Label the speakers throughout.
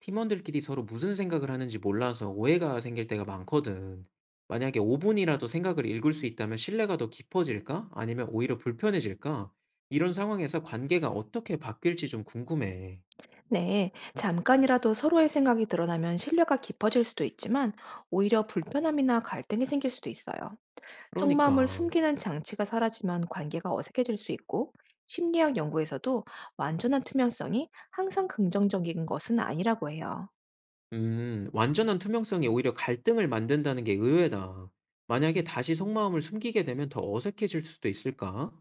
Speaker 1: 팀원들끼리 서로 무슨 생각을 하는지 몰라서 오해가 생길 때가 많거든. 만약에 5분이라도 생각을 읽을 수 있다면 신뢰가 더 깊어질까? 아니면 오히려 불편해질까? 이런 상황에서 관계가 어떻게 바뀔지 좀 궁금해.
Speaker 2: 네, 잠깐이라도 서로의 생각이 드러나면 신뢰가 깊어질 수도 있지만 오히려 불편함이나 갈등이 생길 수도 있어요. 속마음을
Speaker 1: 그러니까,
Speaker 2: 숨기는 장치가 사라지면 관계가 어색해질 수 있고 심리학 연구에서도 완전한 투명성이 항상 긍정적인 것은 아니라고 해요.
Speaker 1: 완전한 투명성이 오히려 갈등을 만든다는 게 의외다. 만약에 다시 속마음을 숨기게 되면 더 어색해질 수도 있을까?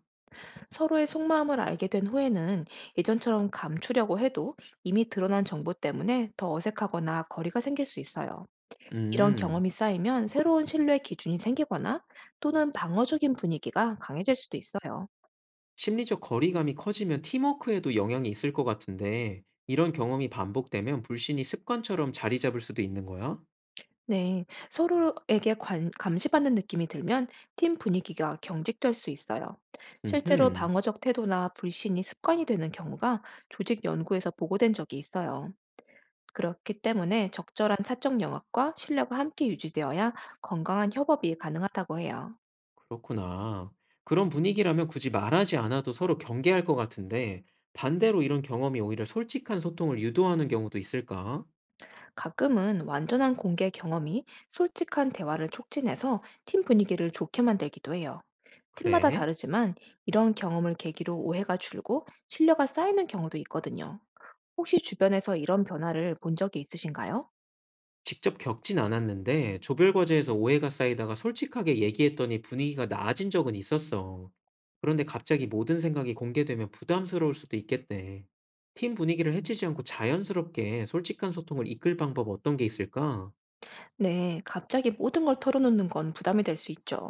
Speaker 2: 서로의 속마음을 알게 된 후에는 예전처럼 감추려고 해도 이미 드러난 정보 때문에 더 어색하거나 거리가 생길 수 있어요. 이런
Speaker 1: 음.
Speaker 2: 경험이 쌓이면 새로운 신뢰 기준이 생기거나 또는 방어적인 분위기가 강해질 수도 있어요.
Speaker 1: 심리적 거리감이 커지면 팀워크에도 영향이 있을 것 같은데, 이런 경험이 반복되면 불신이 습관처럼 자리 잡을 수도 있는 거야?
Speaker 2: 네, 서로에게 감시받는 느낌이 들면 팀 분위기가 경직될 수 있어요. 실제로
Speaker 1: 음흠,
Speaker 2: 방어적 태도나 불신이 습관이 되는 경우가 조직 연구에서 보고된 적이 있어요. 그렇기 때문에 적절한 사적 영합과 신뢰가 함께 유지되어야 건강한 협업이 가능하다고 해요.
Speaker 1: 그렇구나. 그런 분위기라면 굳이 말하지 않아도 서로 경계할 것 같은데, 반대로 이런 경험이 오히려 솔직한 소통을 유도하는 경우도 있을까?
Speaker 2: 가끔은 완전한 공개 경험이 솔직한 대화를 촉진해서 팀 분위기를 좋게 만들기도 해요. 팀마다
Speaker 1: 그래?
Speaker 2: 다르지만 이런 경험을 계기로 오해가 줄고 신뢰가 쌓이는 경우도 있거든요. 혹시 주변에서 이런 변화를 본 적이 있으신가요?
Speaker 1: 직접 겪진 않았는데 조별 과제에서 오해가 쌓이다가 솔직하게 얘기했더니 분위기가 나아진 적은 있었어. 그런데 갑자기 모든 생각이 공개되면 부담스러울 수도 있겠네. 팀 분위기를 해치지 않고 자연스럽게 솔직한 소통을 이끌 방법 어떤 게 있을까?
Speaker 2: 네, 갑자기 모든 걸 털어놓는 건 부담이 될 수 있죠.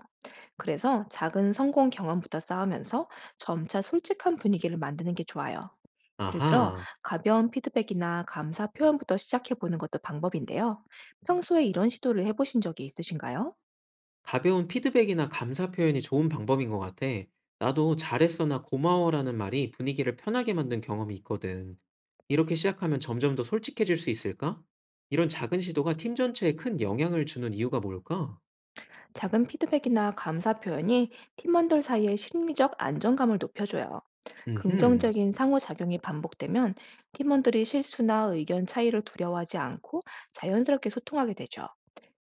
Speaker 2: 그래서 작은 성공 경험부터 쌓으면서 점차 솔직한 분위기를 만드는 게 좋아요. 예를 들어
Speaker 1: 아하.
Speaker 2: 가벼운 피드백이나 감사 표현부터 시작해 보는 것도 방법인데요. 평소에 이런 시도를 해보신 적이 있으신가요?
Speaker 1: 가벼운 피드백이나 감사 표현이 좋은 방법인 것 같아. 나도 잘했어나 고마워라는 말이 분위기를 편하게 만든 경험이 있거든. 이렇게 시작하면 점점 더 솔직해질 수 있을까? 이런 작은 시도가 팀 전체에 큰 영향을 주는 이유가 뭘까?
Speaker 2: 작은 피드백이나 감사 표현이 팀원들 사이의 심리적 안정감을 높여줘요.
Speaker 1: 음흠,
Speaker 2: 긍정적인 상호작용이 반복되면 팀원들이 실수나 의견 차이를 두려워하지 않고 자연스럽게 소통하게 되죠.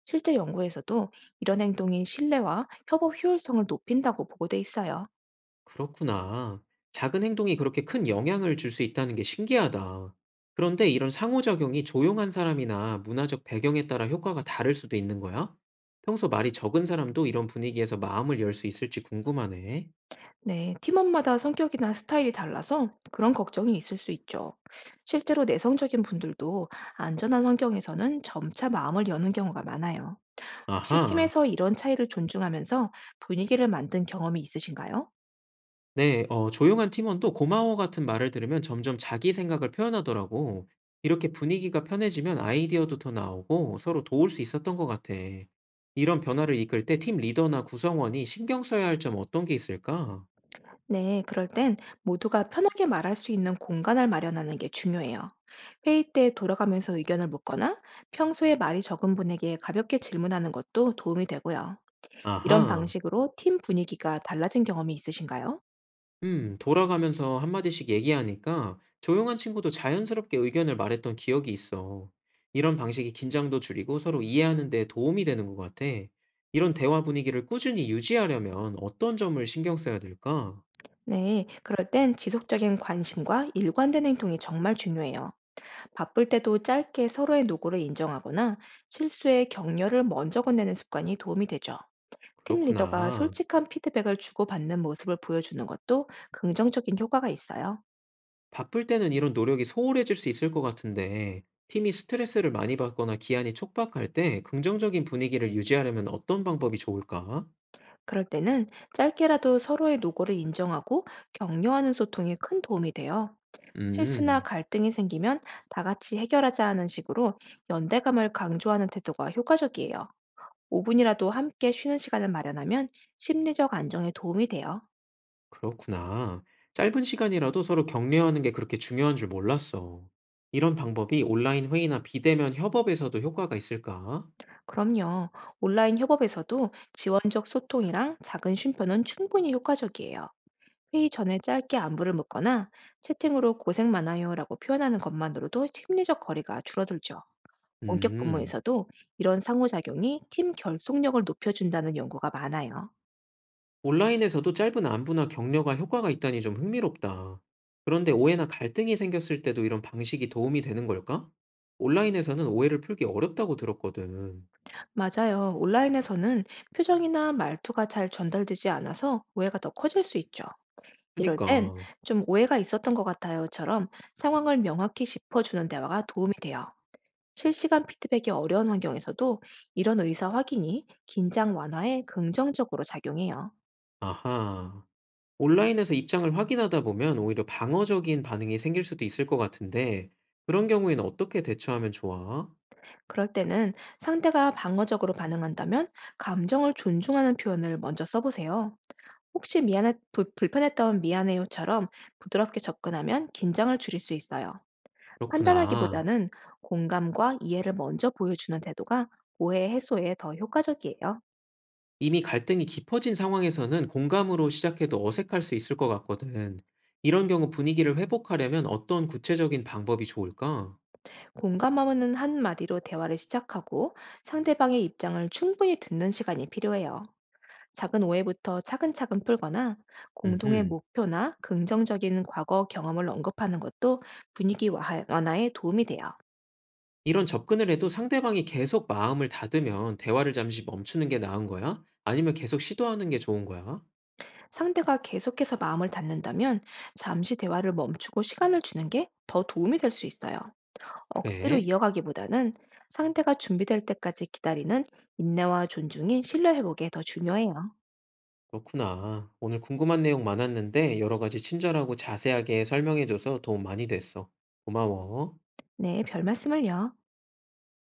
Speaker 2: 실제 연구에서도 이런 행동이 신뢰와 협업 효율성을 높인다고 보고돼 있어요.
Speaker 1: 그렇구나. 작은 행동이 그렇게 큰 영향을 줄 수 있다는 게 신기하다. 그런데 이런 상호작용이 조용한 사람이나 문화적 배경에 따라 효과가 다를 수도 있는 거야? 평소 말이 적은 사람도 이런 분위기에서 마음을 열 수 있을지 궁금하네.
Speaker 2: 네, 팀원마다 성격이나 스타일이 달라서 그런 걱정이 있을 수 있죠. 실제로 내성적인 분들도 안전한 환경에서는 점차 마음을 여는 경우가 많아요. 혹시
Speaker 1: 아하.
Speaker 2: 팀에서 이런 차이를 존중하면서 분위기를 만든 경험이 있으신가요?
Speaker 1: 네. 조용한 팀원도 "고마워." 같은 말을 들으면 점점 자기 생각을 표현하더라고. 이렇게 분위기가 편해지면 아이디어도 더 나오고 서로 도울 수 있었던 것 같아. 이런 변화를 이끌 때 팀 리더나 구성원이 신경 써야 할 점 어떤 게 있을까?
Speaker 2: 네, 그럴 땐 모두가 편하게 말할 수 있는 공간을 마련하는 게 중요해요. 회의 때 돌아가면서 의견을 묻거나 평소에 말이 적은 분에게 가볍게 질문하는 것도 도움이 되고요. 이런
Speaker 1: 아하.
Speaker 2: 방식으로 팀 분위기가 달라진 경험이 있으신가요?
Speaker 1: 돌아가면서 한마디씩 얘기하니까 조용한 친구도 자연스럽게 의견을 말했던 기억이 있어. 이런 방식이 긴장도 줄이고 서로 이해하는 데 도움이 되는 것 같아. 이런 대화 분위기를 꾸준히 유지하려면 어떤 점을 신경 써야 될까?
Speaker 2: 네, 그럴 땐 지속적인 관심과 일관된 행동이 정말 중요해요. 바쁠 때도 짧게 서로의 노고를 인정하거나 실수의 격려를 먼저 건네는 습관이 도움이 되죠. 팀 리더가
Speaker 1: 그렇구나.
Speaker 2: 솔직한 피드백을 주고받는 모습을 보여주는 것도 긍정적인 효과가 있어요.
Speaker 1: 바쁠 때는 이런 노력이 소홀해질 수 있을 것 같은데, 팀이 스트레스를 많이 받거나 기한이 촉박할 때 긍정적인 분위기를 유지하려면 어떤 방법이 좋을까?
Speaker 2: 그럴 때는 짧게라도 서로의 노고를 인정하고 격려하는 소통이 큰 도움이 돼요. 실수나
Speaker 1: 음.
Speaker 2: 갈등이 생기면 다 같이 해결하자 하는 식으로 연대감을 강조하는 태도가 효과적이에요. 5분이라도 함께 쉬는 시간을 마련하면 심리적 안정에 도움이 돼요.
Speaker 1: 그렇구나. 짧은 시간이라도 서로 격려하는 게 그렇게 중요한 줄 몰랐어. 이런 방법이 온라인 회의나 비대면 협업에서도 효과가 있을까?
Speaker 2: 그럼요. 온라인 협업에서도 지원적 소통이랑 작은 쉼표는 충분히 효과적이에요. 회의 전에 짧게 안부를 묻거나 채팅으로 고생 많아요라고 표현하는 것만으로도 심리적 거리가 줄어들죠. 원격
Speaker 1: 음,
Speaker 2: 근무에서도 이런 상호작용이 팀 결속력을 높여준다는 연구가 많아요.
Speaker 1: 온라인에서도 짧은 안부나 격려가 효과가 있다니 좀 흥미롭다. 그런데 오해나 갈등이 생겼을 때도 이런 방식이 도움이 되는 걸까? 온라인에서는 오해를 풀기 어렵다고 들었거든.
Speaker 2: 맞아요. 온라인에서는 표정이나 말투가 잘 전달되지 않아서 오해가 더 커질 수 있죠. 이럴 땐
Speaker 1: 그러니까,
Speaker 2: "좀 오해가 있었던 것 같아요."처럼 상황을 명확히 짚어주는 대화가 도움이 돼요. 실시간 피드백이 어려운 환경에서도 이런 의사 확인이 긴장 완화에 긍정적으로 작용해요.
Speaker 1: 아하. 온라인에서 입장을 확인하다 보면 오히려 방어적인 반응이 생길 수도 있을 것 같은데 그런 경우에는 어떻게 대처하면 좋아?
Speaker 2: 그럴 때는 상대가 방어적으로 반응한다면 감정을 존중하는 표현을 먼저 써보세요. "혹시 미안해 불 불편했던 미안해요."처럼 부드럽게 접근하면 긴장을 줄일 수 있어요.
Speaker 1: 그렇구나.
Speaker 2: 판단하기보다는 공감과 이해를 먼저 보여주는 태도가 오해 해소에 더 효과적이에요.
Speaker 1: 이미 갈등이 깊어진 상황에서는 공감으로 시작해도 어색할 수 있을 것 같거든. 이런 경우 분위기를 회복하려면 어떤 구체적인 방법이 좋을까?
Speaker 2: 공감하는 한마디로 대화를 시작하고 상대방의 입장을 충분히 듣는 시간이 필요해요. 작은 오해부터 차근차근 풀거나 공동의
Speaker 1: 음흠.
Speaker 2: 목표나 긍정적인 과거 경험을 언급하는 것도 분위기 완화에 도움이 돼요.
Speaker 1: 이런 접근을 해도 상대방이 계속 마음을 닫으면 대화를 잠시 멈추는 게 나은 거야? 아니면 계속 시도하는 게 좋은 거야?
Speaker 2: 상대가 계속해서 마음을 닫는다면 잠시 대화를 멈추고 시간을 주는 게 더 도움이 될 수 있어요. 억지로
Speaker 1: 그래?
Speaker 2: 이어가기보다는 상대가 준비될 때까지 기다리는 인내와 존중이 신뢰 회복에 더 중요해요.
Speaker 1: 그렇구나. 오늘 궁금한 내용 많았는데 여러 가지 친절하고 자세하게 설명해줘서 도움 많이 됐어. 고마워.
Speaker 2: 네, 별 말씀을요.